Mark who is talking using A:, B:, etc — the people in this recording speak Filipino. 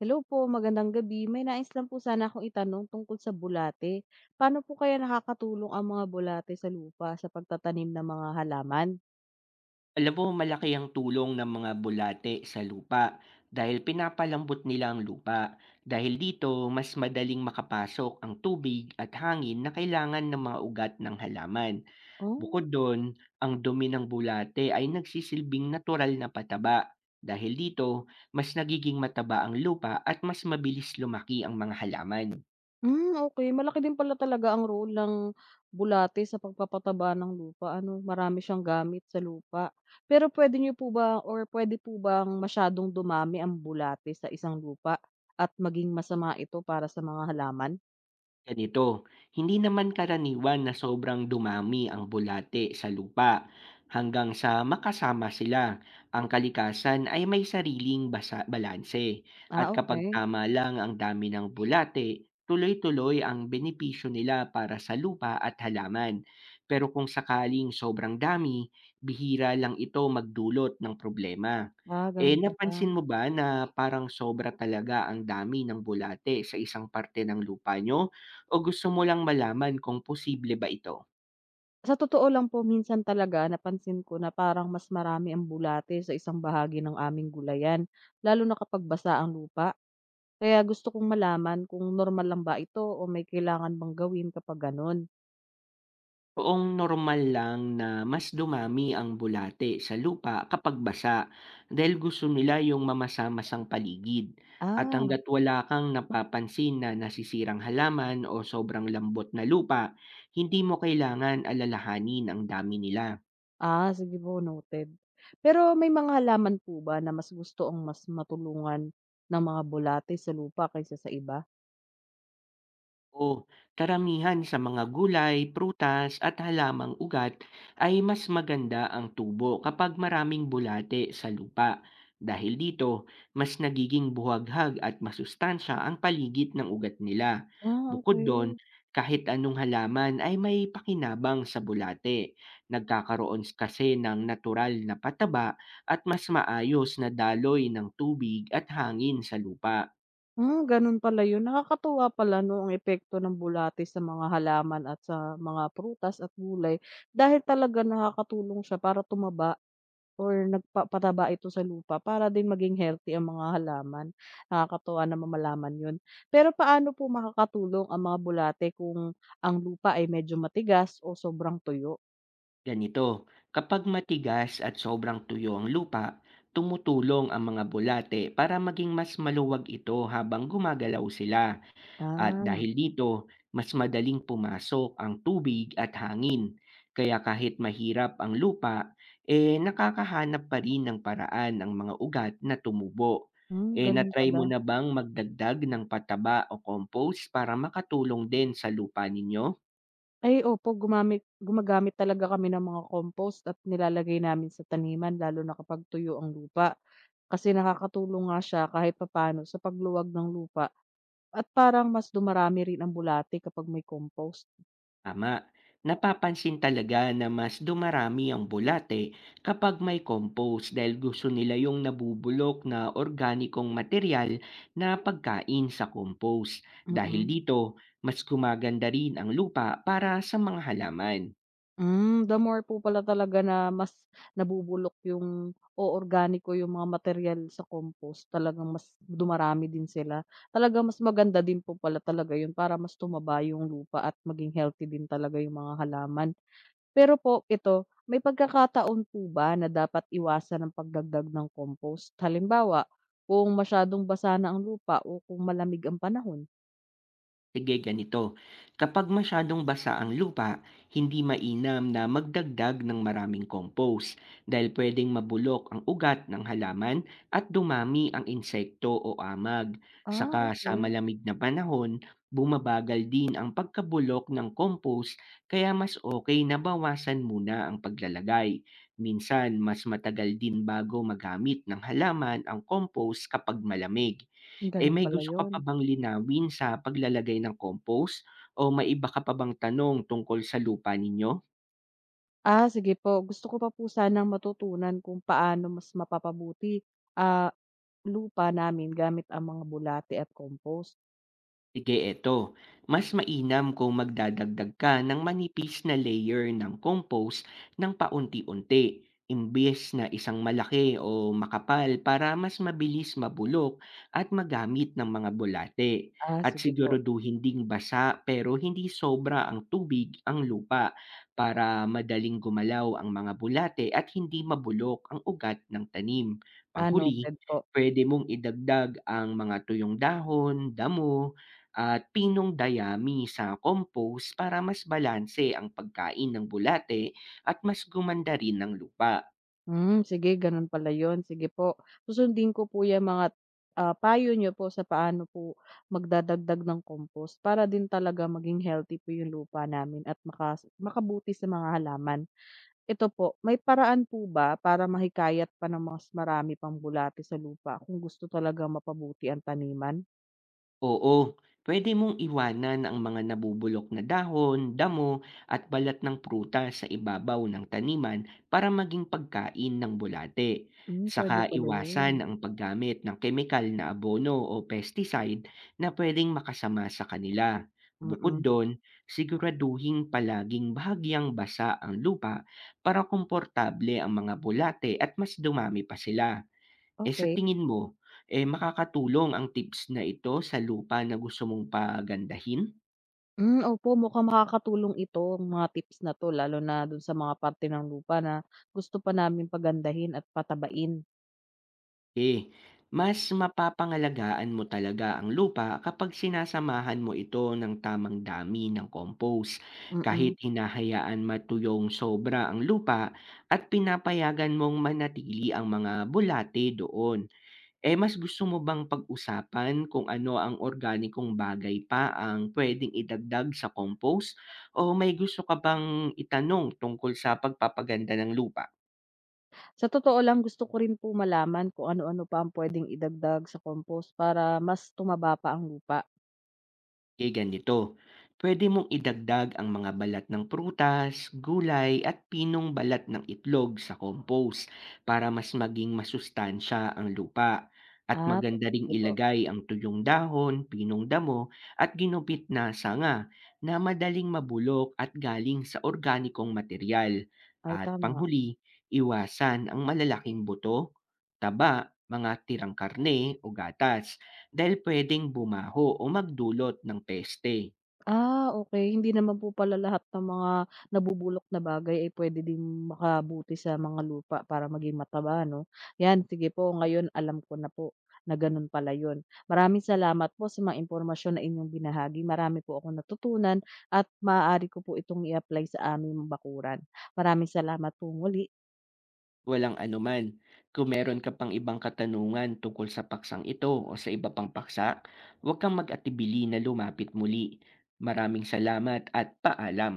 A: Hello po, magandang gabi. May nais lang po sana akong itanong tungkol sa bulate. Paano po kaya nakakatulong ang mga bulate sa lupa sa pagtatanim ng mga halaman?
B: Alam mo, malaki ang tulong ng mga bulate sa lupa dahil pinapalambot nila ang lupa. Dahil dito, mas madaling makapasok ang tubig at hangin na kailangan ng mga ugat ng halaman. Bukod
A: Oh,
B: doon, ang dumi ng bulate ay nagsisilbing natural na pataba. Dahil dito, mas nagiging mataba ang lupa at mas mabilis lumaki ang mga halaman.
A: okay. Malaki din pala talaga ang role ng bulate sa pagpapataba ng lupa. Ano, marami siyang gamit sa lupa. Pero pwede niyo po ba or pwede po bang masyadong dumami ang bulate sa isang lupa at maging masama ito para sa mga halaman?
B: Ganito, hindi naman karaniwan na sobrang dumami ang bulate sa lupa hanggang sa makasama sila. Ang kalikasan ay may sariling balanse at
A: Ah,
B: kapag
A: okay.
B: tama lang ang dami ng bulate, tuloy-tuloy ang benepisyo nila para sa lupa at halaman. Pero kung sakaling sobrang dami, bihira lang ito magdulot ng problema.
A: Ah,
B: Eh,
A: ganun pala.
B: napansin mo ba na parang sobra talaga ang dami ng bulate sa isang parte ng lupa nyo? O gusto mo lang malaman kung posible ba ito?
A: Sa totoo lang po minsan talaga napansin ko na parang mas marami ang bulate sa isang bahagi ng aming gulayan, lalo na kapag basa ang lupa. Kaya gusto kong malaman kung normal lang ba ito o may kailangan bang gawin kapag ganun.
B: Poong normal lang na mas dumami ang bulate sa lupa kapag basa dahil gusto nila yung mamasa-masang paligid. At
A: Ah,
B: hanggat wala kang napapansin na nasisirang halaman o sobrang lambot na lupa, hindi mo kailangan alalahanin ang dami nila.
A: ah, sige po, noted. Pero may mga halaman po ba na mas gusto ang mas matulungan ng mga bulate sa lupa kaysa sa iba?
B: Oo, karamihan sa mga gulay, prutas at halamang ugat ay mas maganda ang tubo kapag maraming bulate sa lupa. Dahil dito, mas nagiging buhaghag at masustansya ang paligid ng ugat nila.
A: Ah,
B: Bukod doon,
A: okay.
B: kahit anong halaman ay may pakinabang sa bulate. Nagkakaroon kasi ng natural na pataba at mas maayos na daloy ng tubig at hangin sa lupa.
A: Ah, gano'n pala 'yun. Nakakatuwa pala 'no, ang epekto ng bulate sa mga halaman at sa mga prutas at gulay dahil talaga nakakatulong siya para tumaba or nagpa pataba ito sa lupa para din maging healthy ang mga halaman. Nakakatuwa naman malaman 'yun. Pero paano po makakatulong ang mga bulate kung ang lupa ay medyo matigas o sobrang tuyo?
B: Ganito, kapag matigas at sobrang tuyo ang lupa, tumutulong ang mga bulate para maging mas maluwag ito habang gumagalaw sila, at
A: Ah,
B: dahil dito, mas madaling pumasok ang tubig at hangin. Kaya kahit mahirap ang lupa, eh nakakahanap pa rin ng paraan ang mga ugat na tumubo. Eh,
A: Gano'n
B: natry mo
A: pala.
B: na bang magdagdag ng pataba o compost para makatulong din sa lupa ninyo?
A: Ay opo, gumagamit talaga kami ng mga compost at nilalagay namin sa taniman lalo na kapag tuyo ang lupa. Kasi nakakatulong nga siya kahit papaano sa pagluwag ng lupa at parang mas dumarami rin ang bulate kapag may compost,
B: Tama. Napapansin talaga na mas dumarami ang bulate kapag may compost dahil gusto nila yung nabubulok na organikong material na pagkain sa compost. Dahil
A: mm.
B: dito, mas gumaganda rin ang lupa para sa mga halaman.
A: The more po pala talaga na mas nabubulok yung organiko yung mga material sa compost talagang mas dumarami din sila. Talagang mas maganda din po pala talaga yun para mas tumaba yung lupa at maging healthy din talaga yung mga halaman. Pero po ito, may pagkakataon po ba na dapat iwasan ang pagdagdag ng compost? Halimbawa, kung masyadong basa na ang lupa o kung malamig ang panahon?
B: Sige, ganito. Kapag masyadong basa ang lupa, hindi mainam na magdagdag ng maraming compost dahil pwedeng mabulok ang ugat ng halaman at dumami ang insekto o amag.
A: Ah,
B: Saka sa
A: okay.
B: malamig na panahon, bumabagal din ang pagkabulok ng compost kaya mas okay na bawasan muna ang paglalagay. Minsan, mas matagal din bago magamit ng halaman ang compost kapag malamig. Eh,
A: Gano'n
B: may
A: pala
B: gusto ka
A: 'yun.
B: pa bang linawin sa paglalagay ng compost o may iba ka pa bang tanong tungkol sa lupa ninyo?
A: Ah, sige po. Gusto ko pa po sanang matutunan kung paano mas mapapabuti, ah, lupa namin gamit ang mga bulate at compost.
B: Sige, eto. Mas mainam kung magdadagdag ka ng manipis na layer ng compost ng paunti-unti imbes na isang malaki o makapal para mas mabilis mabulok at magamit ng mga bulate.
A: Ah,
B: At
A: sige po.
B: siguraduhin ding basa pero hindi sobra ang tubig ang lupa para madaling gumalaw ang mga bulate at hindi mabulok ang ugat ng tanim.
A: Ah,
B: Panghuli,
A: noted po.
B: pwede mong idagdag ang mga tuyong dahon, damo, at pinong dayami sa compost para mas balanse ang pagkain ng bulate at mas gumanda rin ang lupa.
A: Hmm, sige gano'n pala 'yun, sige po. Susundin ko po 'yang mga, payo niyo po sa paano po magdadagdag ng compost para din talaga maging healthy po 'yung lupa namin at makabuti sa mga halaman. Ito po, may paraan po ba para mahikayat pa ng mas marami pang bulate sa lupa kung gusto talaga mapabuti ang taniman?
B: Oo, pwede mong iwanan ang mga nabubulok na dahon, damo, at balat ng prutas sa ibabaw ng taniman para maging pagkain ng bulate.
A: Hmm, puwede
B: Saka
A: pala
B: iwasan
A: 'yun,
B: ang paggamit ng kemikal na abono o pesticide na pwedeng makasama sa kanila. Bukod
A: mm,
B: doon, siguraduhin palaging bahagyang basa ang lupa para komportable ang mga bulate at mas dumami pa sila. Eh, sa
A: okay.
B: tingin mo, eh, makakatulong ang tips na ito sa lupa na gusto mong pagandahin?
A: Hmm, opo mukhang makakatulong ito, mga tips na 'to lalo na dun sa mga parte ng lupa na gusto pa namin pagandahin at patabain,
B: Eh, mas mapapangalagaan mo talaga ang lupa kapag sinasamahan mo ito ng tamang dami ng compost. Kahit
A: mm.
B: hinahayaan matuyong sobra ang lupa at pinapayagan mong manatili ang mga bulate doon. Eh, mas gusto mo bang pag-usapan kung ano ang organikong bagay pa ang puwedeng idagdag sa compost o may gusto ka bang itanong tungkol sa pagpapaganda ng lupa?
A: Sa totoo lang gusto ko rin po malaman kung ano-ano pa ang puwedeng idagdag sa compost para mas tumaba pa ang lupa.
B: Eh, ganito, pwede mong idagdag ang mga balat ng prutas, gulay at pinong balat ng itlog sa compost para mas maging masustansya ang lupa. At
A: Ah,
B: maganda ring
A: sige po.
B: ilagay ang tuyong dahon, pinong damo at ginupit na sanga na madaling mabulok at galing sa organikong material.
A: Ay
B: At
A: tama.
B: panghuli, iwasan ang malalaking buto, taba, mga tirang karne o gatas dahil puwedeng bumaho o magdulot ng peste.
A: Ah, okey. Hindi naman po pala lahat ng mga nabubulok na bagay ay puwede ding makabuti sa mga lupa para maging mataba 'no? 'Yan, sige po ngayon alam ko na po na gano'n pala 'yun. Maraming salamat po sa mga impormasyon na inyong binahagi. Marami po akong natutunan at maaari ko po itong i-apply sa aming bakuran. Maraming salamat po muli.
B: Walang anuman. Kung meron ka pang ibang katanungan tungkol sa paksang ito o sa iba pang paksa, huwag kang mag-atibili na lumapit muli. Maraming salamat at paalam.